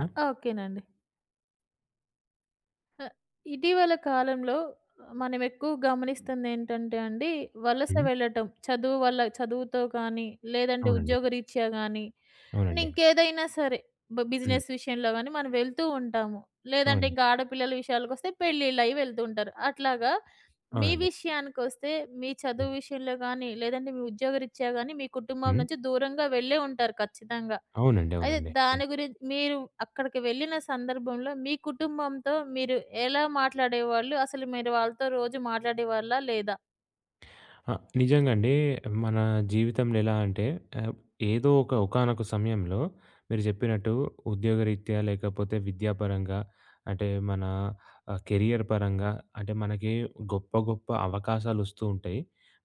ఓకేనండి. ఆహ్, ఇటీవల కాలంలో మనం ఎక్కువ గమనిస్తుందేంటంటే అండి, వలస హ్మ్. వెళ్ళటం. చదువు వల్ల చదువుతో కానీ, లేదంటే అవునండి. ఉద్యోగరీత్యా గానీ, అండ్ అవునండి. ఇంకేదైనా సరే బ హ్మ్. బిజినెస్ విషయంలో గానీ మనం వెళ్తూ ఉంటాము. లేదంటే అవునండి. ఇంకా ఆడపిల్లల విషయాలకొస్తే పెళ్ళిళ్ళయి వెళ్తూ ఉంటారు. అట్లాగా మీ అవునండి. విషయానికొస్తే, మీ హ్మ్. చదువు విషయంలో గానీ, లేదంటే మీ ఉద్యోగరీత్యా గానీ, మీ కుటుంబం హ్మ్. నుంచి దూరంగా వెళ్ళే ఉంటారు ఖచ్చితంగా. అవునండి. అయితే అవునండి. హ్మ్. దాని గురించి మీరు అక్కడికి వెళ్ళిన సందర్భంలో మీ కుటుంబంతో మీరు ఎలా మాట్లాడేవాళ్ళు? అసలు మీరు వాళ్ళతో రోజు మాట్లాడేవాళ్ళా లేదా? ఆ! నిజంగా అండి. మన జీవితంలో ఎలా అంటే ఆహ్, ఏదో ఒకానొక సమయంలో మీరు చెప్పినట్టు ఉద్యోగరీత్యా లేకపోతే విద్యాపరంగా అంటే మన కెరియర్ పరంగా అంటే మనకి గొప్ప గొప్ప అవకాశాలొస్తూ ఉంటాయి.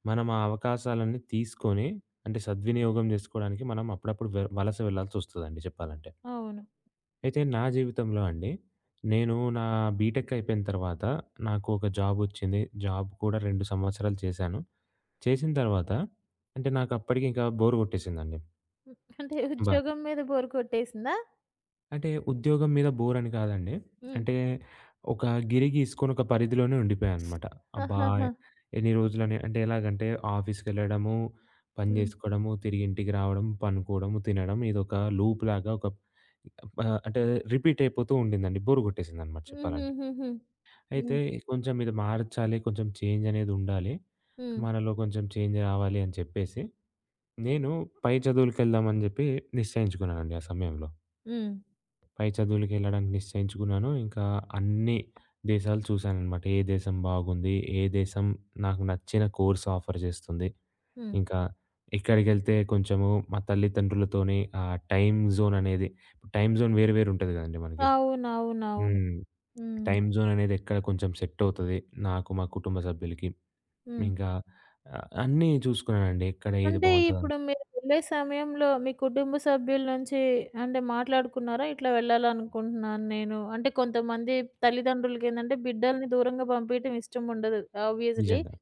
మనం ఆ అవకాశాలన్నీ తీసుకొని అంటే సద్వినియోగం జేసుకోవడానికి మనం అప్పుడప్పుడు వలస వెళ్ళాల్సొస్తదండి చెప్పాలంటే. అవును. అయితే నా జీవితంలో అండి, నేను నా బీటెక్ అయిపోయిన తర్వాత నాకు ఒక జాబ్ వచ్చింది. జాబ్ కూడా 2 సంవత్సరాలు చేశాను. చేసిన తర్వాత అంటే నాకు అప్పటికి ఇంకా బోర్ కొట్టేసిందండి. హ్మ్. అంటే బా ఉద్యోగం మీద బోర్ కొట్టేసిందా? అంటే ఉద్యోగం మీద బోర్ అని కాదండి. హ్మ్. అంటే ఒక గిరి గీసుకొని ఒక పరిధిలోనే ఉండిపోయాననమాట. అబ్బా! ఆహాహా! ఎన్ని రోజులని అంటే ఎలాగంటే ఆఫీస్‌కెళ్ళడము, పని హ్మ్. చేసుకోవడము, తిరిగి ఇంటికి రావడం, పనుకోవడము, తినడం ఇదొక లూప్‌లాగా ఒక అంటే రిపీట్ అయిపోతూ ఉండిందండి. బోర్ కొట్టేసిందనమాట చెప్పాలంటే. హుహుహుహు. అయితే హ్మ్. కొంచెం ఇది మార్చాలి. కొంచెం చేంజ్ అనేదుండాలి. హ్మ్. మనలో కొంచెం చేంజ్ రావాలి అని చెప్పేసి, నేను పై చదువులకెళ్దామని జెప్పి నిశ్చయించుకున్నానండి ఆ సమయంలో. హ్మ్. పై చదువులకెళ్ళడానికి నిశ్చయించుకున్నాను. ఇంకా అన్ని దేశాలు చూశాననమాట. ఏ దేశం బాగుంది? ఏ దేశం నాకు నచ్చిన కోర్స్ ఆఫర్ జేస్తుంది? హ్మ్. ఇంకా ఎక్కడికెళ్తే కొంచెము మా తల్లిదండ్రులతోని ఆ టైమ్ జోన్ అనేది టైమ్ జోన్ వేరు వేరు ఉంటది గదండీ మనకి. అవునవునవును. హ్మ్. హ్మ్. టైమ్ జోన్ అనేది ఎక్కడ కొంచెం సెట్ అవుతది? నాకు, మా కుటుంబ సభ్యులకి, హ్మ్. ఇంకా అన్నీ చూసుకున్నానండి. ఎక్కడ ఏది అంటే బావుంటదని. ఇప్పుడు మీరు వెళ్ళే సమయంలో మీ కుటుంబ సభ్యుల నుంచి అంటే మాట్లాడుకున్నారా? ఇట్లా వెళ్ళాలనుకుంటున్నాను నేను. అంటే కొంతమంది తల్లిదండ్రులకేంటంటే బిడ్డల్ని దూరంగా పంపియటం ఇష్టం ఉండదు ఆబ్వియస్‌లీ. నిజంగా.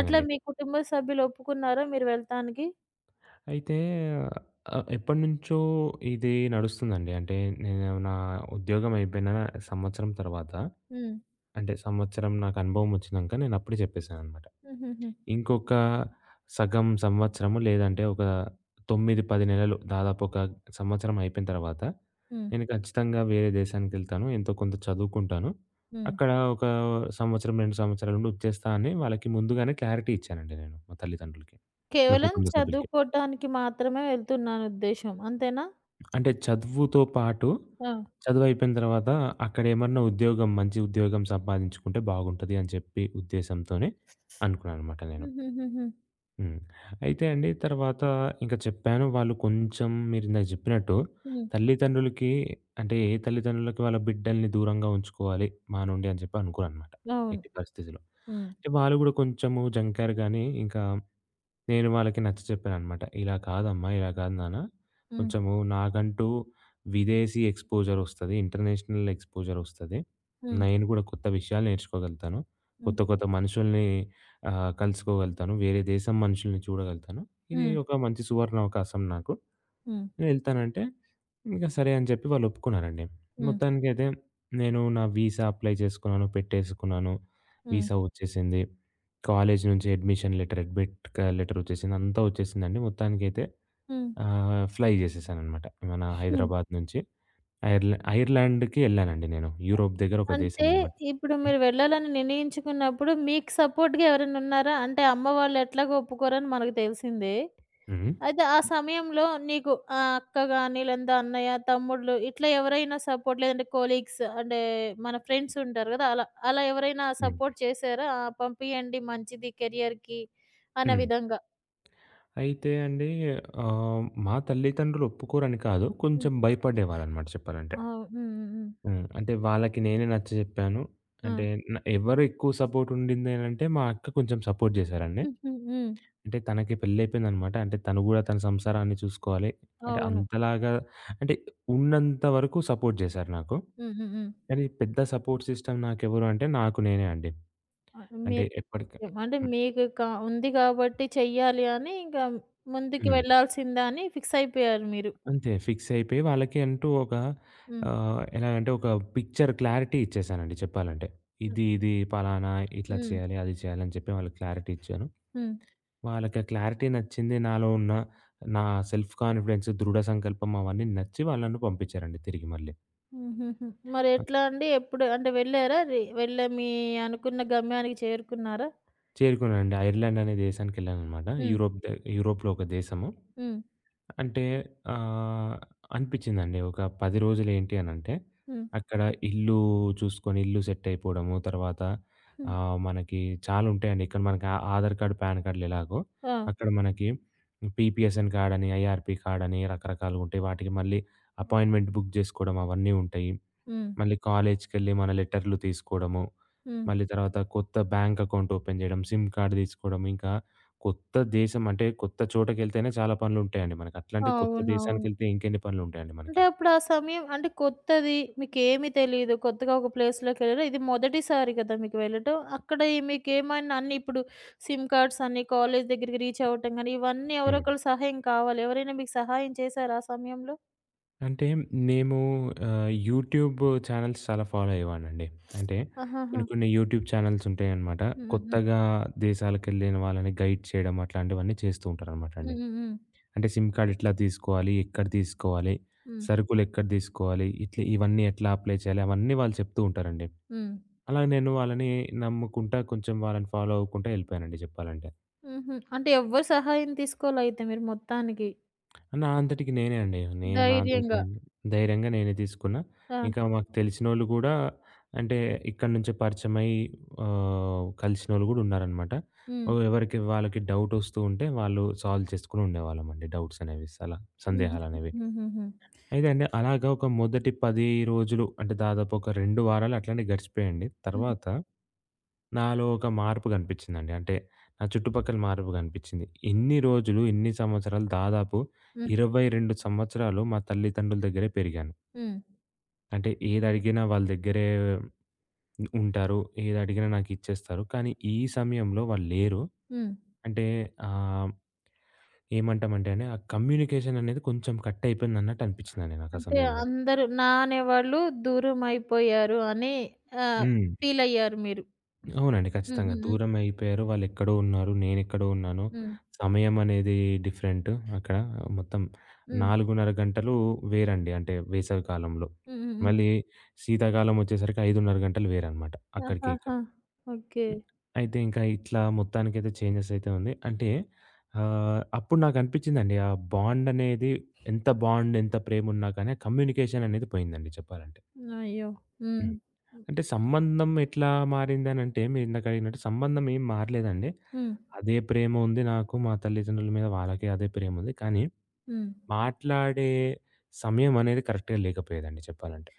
అట్లా మీ కుటుంబ సభ్యులు ఒప్పుకున్నారా మీరు వెళ్తానికి? అయితే ఎప్పటినుంచో ఇది నడుస్తుందండి. అంటే నేను నా ఉద్యోగం అయిపోయిన సంవత్సరం తర్వాత హ్మ్. అంటే సంవత్సరం నాకు అనుభవం వచ్చినంక నేనప్పుడే చెప్పేసాననమాట. హుహుహు. ఇంకొక సగం సంవత్సరము లేదంటే ఒక 9, 10 నెలలు దాదాపు ఒక సంవత్సరం అయిపోయిన తర్వాత, హ్మ్. నేను ఖచ్చితంగా వేరే దేశానికెళ్తాను. ఎంతో కొంత చదువుకుంటాను. హ్మ్. అక్కడ ఒక సంవత్సరం, 2 సంవత్సరాలుండి వచ్చేస్తా అని వాళ్ళకి ముందుగానే క్లారిటీ ఇచ్చానండి నేను మా తల్లిదండ్రులకి, నా కేవలం కుటుంబ సభ్యులకి. చదువుకోటానికి మాత్రమే వెళ్తున్నాను ఉద్దేశ్యం. అంతేనా? అంటే చదువుతో పాటు ఆ! చదువయిపోయిన తర్వాత అక్కడేమన్నా ఉద్యోగం, మంచి ఉద్యోగం సంపాదించుకుంటే బాగుంటది అని చెప్పి ఉద్దేశంతోనే అనుకున్నాననమాట నేను. హుహుహుహు. హ్మ్. అయితే అండి తర్వాత ఇంక చెప్పాను. వాళ్ళు కొంచెం మీరిందాక జెప్పినట్టు హ్మ్. తల్లిదండ్రులకి అంటే ఏ తల్లిదండ్రులకి వాళ్ళ బిడ్డల్ని దూరంగా ఉంచుకోవాలి మా నుండి అని చెప్పి అనుకోరనమాట అవును. ఎట్టి పరిస్థితిలో. హ్మ్. అంటే వాళ్ళు గూడా కొంచెము జంకారు గానీ ఇంకా నేను వాళ్ళకి నచ్చ చెప్పాననమాట. "ఇలా కాదమ్మా, ఇలా కాదు నాన్న. హ్మ్. కొంచెము నాకంటూ విదేశీ ఎక్స్‌పోజర్ ఒస్తది. ఇంటర్నేషనల్ ఎక్స్‌పోజర్ ఒస్తది. హ్మ్. నేను గూడా కొత్త విషయాలు నేర్చుకోగలుగుతాను. హ్మ్. కొత్త కొత్త మనుషుల్ని కలుసుకోగలుగుతాను. వేరే దేశం మనుషుల్ని చూడగలుగుతాను. ఇది హ్మ్. ఒక మంచి సువర్ణావకాశం నాకు." హ్మ్. వెళ్తానంటే, ఇంక సరే అని చెప్పి వాళ్ళు ఒప్పుకున్నారండి. హ్మ్. మొత్తానికైతే నేను నా వీసా అప్లై చేసుకున్నాను, పెట్టేసుకున్నాను. హ్మ్. వీసా వచ్చేసింది. కాలేజీ నుంచి అడ్మిషన్ లెటర్, అడ్మిట్ క లెటర్ వచ్చేసింది. అంతా వచ్చేసిందండి. మొత్తానికైతే హ్మ్. ఫ్లై చేసేసాననమాట. మన హ్మ్. హైదరాబాద్ నుంచి ఐర్లాండ్‌కి ఎళ్ళానండి నేను. యూరోప్ దగ్గర ఒక దేశం అంటే అనమాట. ఇప్పుడు హ్మ్. మీరు వెళ్ళాలని నిర్ణయించుకున్నప్పుడు మీకు సపోర్ట్‌గా ఎవరైనా ఉన్నారా? అంటే అమ్మ వాళ్ళు ఎట్లాగో ఒప్పుకోరని మనకు తెలిసిందే. హ్మ్. అయితే ఆ సమయంలో నీకు అక్క గాని లేదంటే అన్నయ్య, తమ్ముళ్ళు ఇట్లా ఎవరైనా సపోర్ట్ లేదంటే కొలీగ్స్ అంటే మన ఫ్రెండ్స్ ఉంటారు గదా! అలా. అలా ఎవరైనా హ్మ్. సపోర్ట్ చేశారా? ఆ! పంపియండి మంచిది కెరియర్‌కి అన్న హ్మ్. విధంగా. అయితే అండి మా తల్లిదండ్రులు ఒప్పుకోరని కాదు. హ్మ్. కొంచెం భయపడేవాళ్ళనమాట చెప్పాలంటే. అవును. ఆ! అంటే వాళ్ళకి నేనే నచ్చజెప్పాను. హ్మ్. అంటే ఎవరు ఎక్కువ సపోర్ట్ ఉండిందేనంటే మా అక్క కొంచెం సపోర్ట్ జేశారండి. హ్మ్. హ్మ్. ఆ! హుహు. హ్మ్. అంటే తనకి పెళ్లయిపోయిందనమాట. అంటే తను గూడా తన సంసారాన్ని చూసుకోవాలి. అంటే అవును. అంతలాగా అంటే ఉన్నంత వరకు సపోర్ట్ జేశారు నాకు. హ్మ్. హ్మ్. హ్మ్. కానీ పెద్ద సపోర్ట్ సిస్టమ్ నాకెవరు అంటే నాకు నేనే అండి. ఆ! అంటే మీరు ఎప్పటిక అంటే మీకు ఉంది కాబట్టి చెయ్యాలి అని ఇంకా ముందుకు హ్మ్. వెళ్ళాల్సిందే అని ఫిక్స్ అయిపోయారు మీరు. అంతే ఫిక్స్ అయిపోయి వాళ్ళకి అంటూ ఒక హ్మ్. ఎలా అంటే ఒక పిక్చర్ క్లారిటీ ఇచ్చేసానండి చెప్పాలంటే. హ్మ్. ఇది ఇది పలానా ఇట్లా హ్మ్. చేయాలి, అది చేయాలి అని చెప్పి వాళ్ళకి క్లారిటీ ఇచ్చాను. హ్మ్. వాళ్ళకా క్లారిటీ నచ్చింది. నాలో ఉన్న నా సెల్ఫ్ కాన్ఫిడెన్స్, దృఢ సంకల్పం అవన్నీ నచ్చి వాళ్ళు నన్ను పంపించారండి తిరిగి మళ్ళీ. హుహుహు. మరి ఆ! ఎట్లా అండి? ఎప్పుడు అంటే వెళ్లారా? వెళ్ళి మీ అనుకున్న గమ్యానికి చేరుకున్నారా? చేరుకున్నానండి. ఐర్లాండ్ అనే దేశానికెళ్ళాననమాట. హ్మ్. యూరోప్ ద యూరోప్‌లో ఒక దేశము. హ్మ్. అంటే ఆహ్, అనిపిచ్చిందండి. ఒక 10 రోజులేంటి అనంటే, హ్మ్. అక్కడ ఇల్లు చూసుకొని, ఇల్లు సెట్ అయిపోవడము. తర్వాత హ్మ్. మనకి చాలా ఉంటాయండి. ఇక్కడ మనకి ఆ ఆధార్ కార్డ్, పాన్ కార్డ్‌లు ఎలాగో, ఆ! అక్కడ మనకి పీపీఎస్ఎన్ కార్డ్ అని, ఐఆర్‌పీ కార్డ్ అని రకరకాలుగుంటాయి. వాటికి మళ్ళీ అపాయింట్‌మెంట్ బుక్ జేసుకోవడం అవన్నీ ఉంటాయి. హ్మ్. మళ్ళీ కాలేజ్‌కెళ్ళి మన లెటర్‌లు తీసుకోవడము, హ్మ్. మళ్ళీ తర్వాత కొత్త బ్యాంక్ అకౌంట్ ఓపెన్ చేయడం, సిమ్ కార్డ్ తీసుకోవడం, ఇంకా కొత్త దేశం అంటే కొత్త చోటకెళ్తేనే చాలా పనులుంటాయండి మనకి. అట్లాంటిది కొత్త అవునవును. దేశానికెళ్తే ఇంకెన్ని పనులుంటాయండి అంటే మనకి. అప్పుడు ఆ సమయం అంటే కొత్తది. మీకేమి తెలీదు. కొత్తగా ఒక ప్లేస్‌లోకెళ్లారు. ఇది మొదటిసారి కదా! మీకు వెళ్ళటం. అక్కడ ఈ మీకేమైనా అన్నీ ఇప్పుడు సిమ్ కార్డ్స్ అన్నీ కాలేజ్ దగ్గరికి రీచ్ అవ్వటం గాని, ఇవన్నీ ఎవరో హ్మ్. ఒకళ్ళ సహాయం కావాలి. ఎవరైనా మీకు సహాయం చేశారా ఆ సమయంలో? అంటే మేము యూట్యూబ్ ఛానెల్స్ చాలా ఫాలో అయ్యేవాడినండి. అంటే కొన్ని ఆహాహా! కొన్ని యూట్యూబ్ ఛానెల్స్ ఉంటాయన్నమాట. హుహుహు. కొత్తగా దేశాలకెళ్ళిన వాళ్ళని గైడ్ చేయడం అట్లాంటివన్నీ చేస్తూ ఉంటారన్నమాట అండి. హ్మ్. హ్మ్. హ్మ్. అంటే సిమ్ కార్డ్ ఎట్లా తీసుకోవాలి? ఎక్కడ తీసుకోవాలి? హ్మ్. సరుకులు ఎక్కడ తీసుకోవాలి? ఇట్లా ఇవన్నీ ఎట్లా అప్లై చేయాలి? అవన్నీ వాళ్ళు చెప్తూ ఉంటారండి. హ్మ్. అలా నేను వాళ్ళని నమ్ముకుంటా కొంచెం వాళ్ళని ఫాలో అవ్వకుంటా ఎళ్ళిపోయానండి చెప్పాలంటే. హుహు. అంటే ఎవ్వరి సహాయం తీసుకోలయితే మీరు మొత్తానికి. నా అంతటికి నేనే అండి. నేను నా అంతటికి ధైర్యంగా. నేను ధైర్యంగా నేనే తీసుకున్నా. ఆ! ఇంకా మాకు తెలిసినోళ్ళు గూడా అంటే ఇక్కడి నుంచే పరిచయమై కలిసినోళ్ళు గూడా ఉన్నారనమాట. హ్మ్. ఓహ్! ఎవరికి వాళ్ళకి డౌట్ వస్తూ ఉంటే వాళ్ళు సాల్వ్ చేసుకొని ఉండేవాళ్ళమండి డౌట్స్ అనేవి అలా సందేహాలనేవి. హుహుహుహుహుహు. అయితే అండి అలాగా ఒక మొదటి 10 రోజులు అంటే దాదాపు ఒక 2 వారాలు అట్లనే గడిచిపోయాయండి. హ్మ్. తర్వాత నాలో ఒక మార్పు గనిపించిందండి. అంటే నా చుట్టుపక్కల మార్పు గనిపించింది. ఇన్ని రోజులు, ఇన్ని సంవత్సరాలు దాదాపు హ్మ్. 22 సంవత్సరాలు మా తల్లిదండ్రుల దగ్గరే పెరిగాను. హ్మ్. అంటే ఏదడిగినా వాళ్ళ దగ్గరే ఉంటారు. ఏదడిగినా నాకిచ్చేస్తారు. కానీ ఈ సమయంలో వాళ్ళు లేరు. హ్మ్. అంటే ఆహ్, ఏమంటామంటే అండి ఆ కమ్యూనికేషన్ అనేది కొంచెం కట్ అయిపోయిందన్నట్టు అనిపించిందండి నాకు ఆ అంటే సమయంలో. అందరూ నా అనేవాళ్ళు దూరమైపోయారు అని ఆహ్, హ్మ్. ఫీలయ్యారు మీరు. అవునండి. హ్మ్. ఖచ్చితంగా. హ్మ్. దూరం అయిపోయారు. వాళ్ళెక్కడో ఉన్నారు. నేనెక్కడో ఉన్నాను. హ్మ్. సమయం అనేది డిఫరెంట్ అక్కడ. మొత్తం హ్మ్. హ్మ్. 4:30 గంటలు వేరండి. అంటే వేసవి కాలంలో. హ్మ్. హ్మ్. హ్మ్. మళ్ళీ శీతాకాలం వచ్చేసరికి 5:30 గంటలు వేరనమాట. అక్కడికి ఆహాహా! ఇక్కడికి. ఓకే. హ్మ్. అయితే ఇంకా ఇట్లా మొత్తానికైతే చేంజెస్ అయితే ఉంది. అంటే అప్పుడు నాకనిపించిందండి. ఆ బాండ్ అనేది ఎంత బాండ్, ఎంత ప్రేమ ఉన్నా కానీ ఆ కమ్యూనికేషన్ అనేది పోయిందండి చెప్పాలంటే. అయ్యో! హ్మ్. హ్మ్. హ్మ్. అంటే సంబంధం ఎట్లా మారిందనంటే, మీరిందాక అడిగినట్టు సంబంధం ఏం మారలేదండి. హ్మ్. అదే ప్రేమ ఉంది నాకు మా తల్లిదండ్రుల మీద వాళ్ళకి అదే ప్రేమ ఉంది. కానీ, హ్మ్. మాట్లాడే సమయం అనేది కరెక్ట్‌గా లేకపోయేదండి చెప్పాలంటే.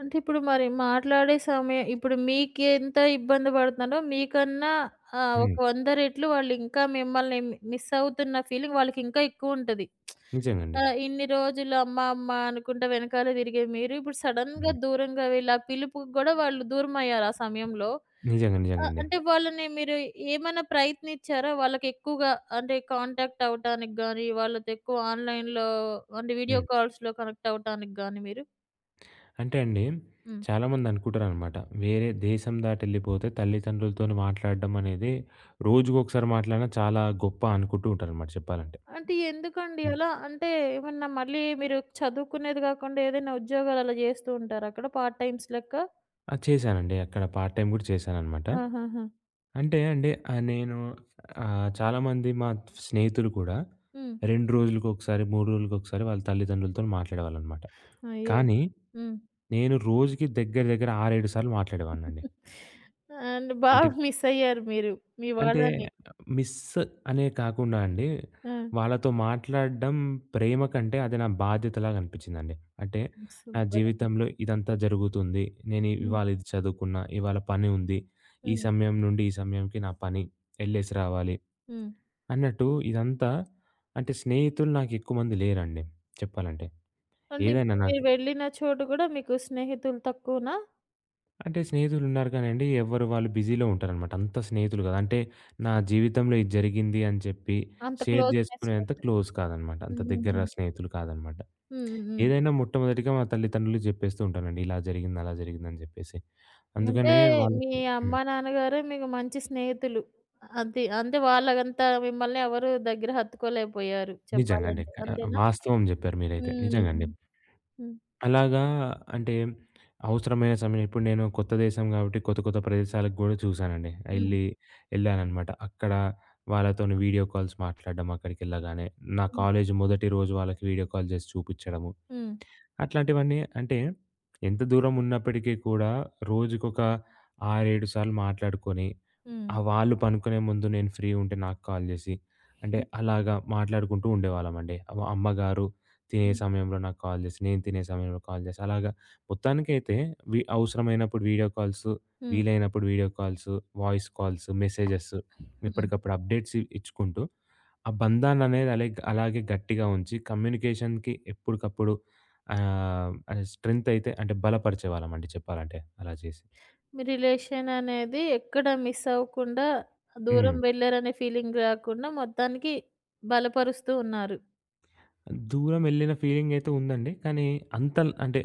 అంటే ఇప్పుడు మరి మాట్లాడే సమయం ఇప్పుడు మీకెంత ఇబ్బంది పడుతున్నారో మీకన్నా హ్మ్. ఒక 100 రెట్లు వాళ్ళింకా మిమ్మల్ని మిస్ అవుతున్న ఫీలింగ్ వాళ్ళకింకా ఎక్కువుంటది. నిజంగండి. ఆ! ఇన్ని రోజులు అమ్మ, అమ్మ అనుకుంటా వెనకాలే తిరిగే మీరు, ఇప్పుడు సడెన్‌గా హ్మ్. దూరంగా వెళ్ళి ఆ పిలుపుకి గూడా వాళ్ళు దూరమయ్యారు ఆ సమయంలో. నిజంగా. ఆ! నిజంగండి. అంటే వాళ్ళని మీరు ఏమైనా ప్రయత్నించారా? వాళ్ళకెక్కువగా అంటే కాంటాక్ట్ అవ్వటానికి గాని, వాళ్ళతో ఎక్కువ ఆన్‌లైన్‌లో అంటే వీడియో హ్మ్. కాల్స్‌లో కనెక్ట్ అవ్వటానికి గాని మీరు? అంటే అండి, హ్మ్. చాలామంది అనుకుంటారనమాట. వేరే దేశం దాటెళ్ళిపోతే తల్లిదండ్రులతోని మాట్లాడడం అనేది రోజుకొకసారి మాట్లాడినా చాలా గొప్ప అనుకుంటూ ఉంటారనమాట చెప్పాలంటే. అంటే ఎందుకండి హ్మ్. అలా? అంటే ఏమన్నా మళ్ళీ మీరు చదువుకునేది గాకుండా ఏదైనా ఉద్యోగాలు అలా జేస్తూ ఉంటారా అక్కడ పార్ట్ టైమ్స్ లెక్క? అది చేశానండి. అక్కడ పార్ట్ టైమ్ గూడా చేశాననమాట. ఆహాహా! అంటే అండి చాలామంది మా స్నేహితులు కూడా హ్మ్. 2 రోజులకొకసారి, 3 రోజులకొకసారి వాళ్ళ తల్లిదండ్రులతోని మాట్లాడేవాళ్ళనమాట. అయ్యో! కానీ హ్మ్. నేను రోజుకి దగ్గర దగ్గర 6, 7 సార్లు మాట్లాడేవాడినండి. అండ్ అంటే బాగా మిస్ అయ్యారు మీరు. మీ అంటే వాళ్ళని. మిస్ అనే కాకుండా అండి ఆ! వాళ్ళతో మాట్లాడడం ప్రేమ కంటే అది నా బాధ్యతలాగా అనిపించిందండి. అంటే నా సూపర్ అండి. జీవితంలో ఇదంతా జరుగుతుంది. నేను హ్మ్. ఇవాళ ఇది చదువుకున్నా, ఇవాళ పని ఉంది. ఈ హ్మ్. సమయం నుండి ఈ సమయంకి నా పని. ఎళ్ళేసి రావాలి. హ్మ్. అన్నట్టు ఇదంతా అంటే స్నేహితులు నాకెక్కువ మంది లేరండి చెప్పాలంటే. అంటే ఏదైనా ఇప్పుడు మీరు నాకు వెళ్ళిన చోటు గూడా మీకు స్నేహితులు తక్కువనా? అంటే స్నేహితులున్నారు కానండి, ఎవరు వాళ్ళు బిజీలో ఉంటారనమాట. అంత స్నేహితులు కాదు. అంటే నా జీవితంలో ఇది జరిగింది అని చెప్పి అంత షేర్ క్లోజ్‌నెస్ జేసుకునేంత లేదు. క్లోజ్ కాదనమాట. అంత దగ్గర హుహుహు. స్నేహితులు కాదనమాట. హ్మ్. హ్మ్. ఏదైనా మొట్టమొదటిగా మా తల్లిదండ్రులకి జెప్పేస్తూ ఉంటానండి. ఇలా జరిగింది, అలా జరిగిందని జెప్పేసి. అంటే అందుకనే మీ వాళ్ళకి హ్మ్. అమ్మా, నాన్నగారే మీకు మంచి స్నేహితులు. అది అంటే వాళ్ళంత మిమ్మల్ని ఎవరు దగ్గర హత్తుకోలేకపోయారు నిజంగా అండి. చెప్పాలంటే. అంతేనా? వాస్తవం జెప్పారు మీరైతే. హ్మ్. నిజంగా అండి. హ్మ్. అలాగా అంటే అవసరమైన సమయం ఇప్పుడు నేను కొత్త దేశం కాబట్టి కొత్త కొత్త ప్రదేశాలకు గూడా చూసానండి. హ్మ్. ఎళ్లి ఎళ్ళాననమాట. అక్కడ వాళ్ళతోని వీడియో కాల్స్ మాట్లాడడం అక్కడికెళ్ళగానే. నా హ్మ్. కాలేజు మొదటి రోజు వాళ్ళకి వీడియో కాల్ జేసి చూపిచ్చడము. హ్మ్. అట్లాంటివన్నీ అంటే ఎంత దూరం ఉన్నప్పటికీ కూడా రోజుకొక 6, 7 సార్లు మాట్లాడుకొని, హ్మ్. వాళ్ళు పనుకునే ముందు నేను ఫ్రీ ఉంటే నాకు కాల్ జేసి, అంటే హ్మ్. అలాగా మాట్లాడుకుంటూ ఉండేవాళ్ళమండి. అమ్మగారు తినే హ్మ్. సమయంలో నాకు కాల్ జేసి, నేను తినే సమయంలో కాల్ జేసి, అలాగా మొత్తానికైతే అవసరమైనప్పుడు వీడియో కాల్స్, హ్మ్. వీలైనప్పుడు video calls, voice calls, messages హ్మ్. ఎప్పటికప్పుడు అప్డేట్స్ ఇచ్చుకుంటూ, ఆ బంధాన్ననేది అలెగ్ అలాగే అలాగే గట్టిగా ఉంచి కమ్యూనికేషన్‌కి ఎప్పటికప్పుడు అది స్ట్రెంత్ అయితే అంటే బలపరిచేవాళ్ళమండి చెప్పాలంటే అలా చేసి. మీ రిలేషన్ అనేది ఎక్కడ మిస్ అవ్వకుండా, దూరం హ్మ్. వెళ్లారనే ఫీలింగ్ రాకుండా మొత్తానికి బలపరుస్తూ ఉన్నారు. దూరం వెళ్ళిన ఫీలింగ్ అయితే ఉందండి. కానీ అంటే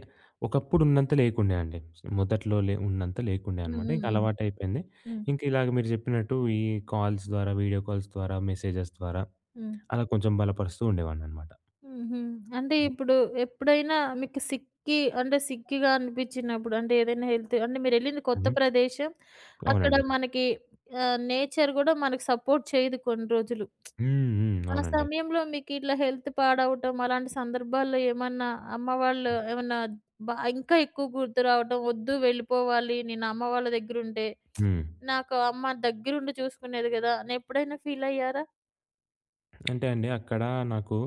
ఒకప్పుడు ఉన్నంత లేకుండే అండి. మొదట్లో ఉన్నంత లేకుండే హ్మ్. అనమాట. ఇంక హ్మ్. అలవాటయిపోయింది. హ్మ్. ఇంక ఇలాగ మీరు చెప్పినట్టు ఈ కాల్స్ ద్వారా, వీడియో కాల్స్ ద్వారా, మెసేజెస్ ద్వారా హ్మ్. హ్మ్. అలా కొంచెం బలపరుస్తూ ఉండేవాడిననమాట. హుహు. అంటే ఇప్పుడు ఎప్పుడైనా మీకు సిక్కి అంటే సిక్కిగా అనిపించినప్పుడు అంటే ఏదైనా హెల్త్ అంటే మీరెళ్ళింది కొత్త హుహు. ప్రదేశం. అక్కడ అవునండి. మనకి నేచర్ గూడా మనకు సపోర్ట్ చేయదు కొన్ని రోజులు. హ్మ్. హ్మ్. ఆ అవునండి. సమయంలో మీకిట్లా హెల్త్ పాడవటం అలాంటి సందర్భాల్లో ఏమన్నా అమ్మ వాళ్ళు ఏమన్నా ఇంకా ఎక్కువ గుర్తు రావటం, "వద్దు వెళ్ళిపోవాలి నేను అమ్మ వాళ్ళ దగ్గరుంటే. హ్మ్. నాకు అమ్మ దగ్గరుండి చూసుకునేది గదా!" అని ఎప్పుడైనా ఫీలయ్యారా? అంటే అండి అక్కడ నాకు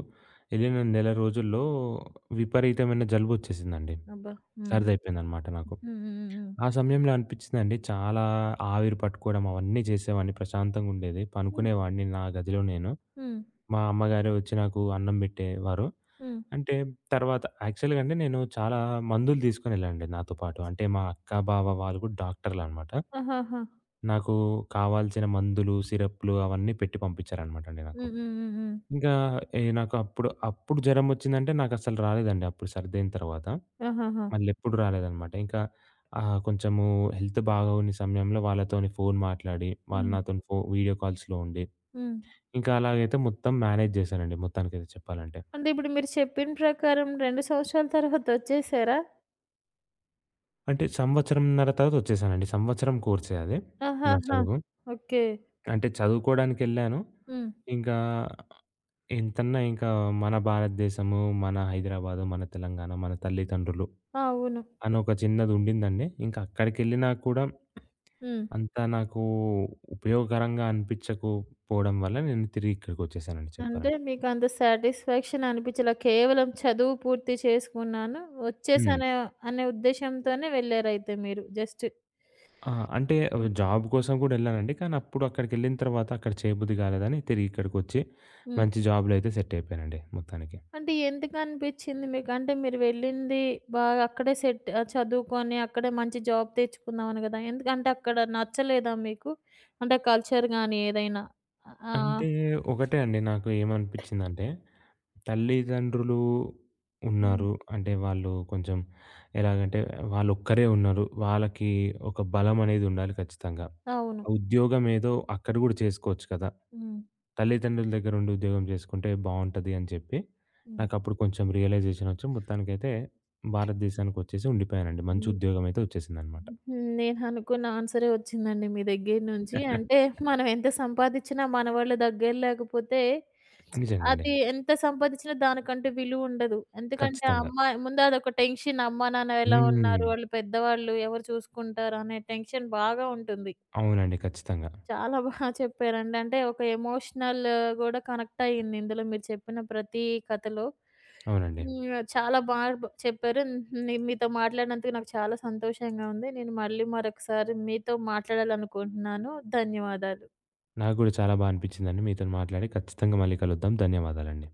ఎళ్ళిన నెల రోజుల్లో విపరీతమైన జలుబొచ్చేసిందండి. అబ్బా! హ్మ్. సరిదయిపోయిందనమాట హ్మ్. నాకు. హ్మ్. హ్మ్. ఆ సమయంలో అనిపిచ్చిందండి చాలా ఆవిరి పట్టుకోవడం అవన్నీ చేసేవాడిని ప్రశాంతంగుండేది. హ్మ్. పనుకునేవాడిని నా గదిలో నేను. హ్మ్. మా అమ్మగారు వచ్చి నాకు అన్నం పెట్టేవారు. హ్మ్. అంటే తర్వాత యాక్చువల్‌గా అండి నేను చాలా మందులు తీసుకొనెళ్ళానండి నాతో పాటు. అంటే మా అక్క, బావ వాళ్ళు కూడా డాక్టర్‌లనమాట. ఆహాహా! నాకు కావాల్సిన మందులు, సిరప్‌లు అవన్నీ పెట్టి పంపిచ్చారనమాట అండి నాకు. హ్మ్. హ్మ్. హ్మ్. హ్మ్. ఇంకా నాకు అప్పుడు అప్పుడు జరమొచ్చిందంటే నాకసలు రాలేదండి అప్పుడు సర్దయిన తర్వాత. ఆహాహా! మళ్ళెప్పుడు రాలేదనమాట. ఇంకా కొంచెము హెల్త్ బాగోని సమయంలో వాళ్ళతోని ఫోను మాట్లాడి, వాళ్ళు హ్మ్. నాతోని వీడియో కాల్స్‌లో ఉండి, హ్మ్. ఇంకా అలాగైతే మొత్తం మేనేజ్ చేశానండి మొత్తానికైతే చెప్పాలంటే. అంటే ఇప్పుడు మీరు చెప్పిన ప్రకారం 2 సంవత్సరాల తర్వాత ఒచ్చేసారా? అంటే సంవత్సరంన్నర తర్వాత వచ్చేసానండి. సంవత్సరం కోర్సే అది నా ఆహాహా! చదువు. ఓకే. అంటే చదువుకోడానికెళ్ళాను. హ్మ్. ఇంకా ఎంతన్నా ఇంకా మన భారతదేశము, మన హైదరాబాదు, మన తెలంగాణ, మన తల్లిదండ్రులు అవును. అని ఒక చిన్నదుండిందండి. ఇంకా అక్కడికెళ్ళినా కూడా హ్మ్. అంత నాకు ఉపయోగకరంగా అనిపించకపోవడం వల్ల నేను తిరిగి ఇక్కడికొచ్చేసానండి అంటే చెప్పాలంటే. మీకంత సాటిస్ఫాక్షన్ అనిపిచ్చలా. కేవలం చదువు పూర్తి చేసుకున్నాను, హ్మ్. వచ్చేసాను అనే ఉద్దేశ్యంతోనే వెళ్లారయితే మీరు జస్ట్. ఆ! అంటే హ్మ్. జాబ్ కోసం కూడా ఎళ్ళానండి. కానీ అప్పుడు అక్కడికెళ్ళిన తర్వాత అక్కడ చేయబుద్ధి కాలేదని తిరిగి ఇక్కడికొచ్చి హ్మ్. మంచి జాబ్‌లో అయితే సెట్ అయిపోయానండి మొత్తానికి. అంటే ఎందుకనిపిచ్చింది మీకు? అంటే మీరు వెళ్ళింది బాగా అక్కడే సెట్ చదువుకొని అక్కడే మంచి జాబ్ తెచ్చుకుందామని గదా! ఎందుకంటే అక్కడ నచ్చలేదా మీకు? అంటే కల్చర్ గాని ఏదైనా? ఆ! అంటే ఒకటే అండి నాకు ఏమనిపించిందంటే, తల్లిదండ్రులు హ్మ్. ఉన్నారు. అంటే వాళ్ళు కొంచెం ఎలాగంటే వాళ్ళొక్కరే ఉన్నారు. వాళ్ళకి ఒక బలం అనేది ఉండాలి ఖచ్చితంగా. అవును. ఉద్యోగమేదో అక్కడ గూడా చేసుకోవచ్చు కదా! హ్మ్. తల్లిదండ్రుల దగ్గరుండి ఉద్యోగం చేసుకుంటే బావుంటది అని చెప్పి, హ్మ్. నాకప్పుడు కొంచెం రియలైజేషనొచ్చి మొత్తానికైతే భారతదేశానికొచ్చేసి ఉండిపోయానండి. మంచి హ్మ్. ఉద్యోగమైతే వచ్చేసిందనమాట. హ్మ్. నేను అనుకున్న ఆన్సరే వచ్చిందండి మీ దగ్గర నుంచి. అంటే మనం ఎంత సంపాదిచ్చినా మనవాళ్ళు దగ్గర లేకపోతే నిజంగండి. అది ఎంత సంపాదిచ్చినా దానికంటే విలువ ఉండదు. ఎందుకంటే ఆ ఖచ్చితంగా. అమ్మాయి ముందు అదొక టెన్షన్ అమ్మా, నాన్న ఎలా హ్మ్. ఉన్నారు? వాళ్ళు పెద్దవాళ్ళు ఎవరు చూసుకుంటారు? అనే టెన్షన్ బాగా ఉంటుంది. అవునండి. ఖచ్చితంగా. చాలా బాగా చెప్పారండి. అంటే ఒక ఎమోషనల్ గూడా కనెక్ట్ అయ్యింది ఇందులో మీరు చెప్పిన ప్రతి కథలో. అవునండి. హ్మ్. చాలా బా బ్ చెప్పారు. నీ మీతో మాట్లాడినందుకు నాకు చాలా సంతోషంగా ఉంది. నేను మళ్ళీ మరొకసారి మీతో మాట్లాడాలనుకుంటున్నాను. ధన్యవాదాలు. నాకు గూడా చాలా బా అనిపిచ్చిందండి మీతోని మాట్లాడి. ఖచ్చితంగా మళ్ళీ కలుద్దాం. ధన్యవాదాలండి.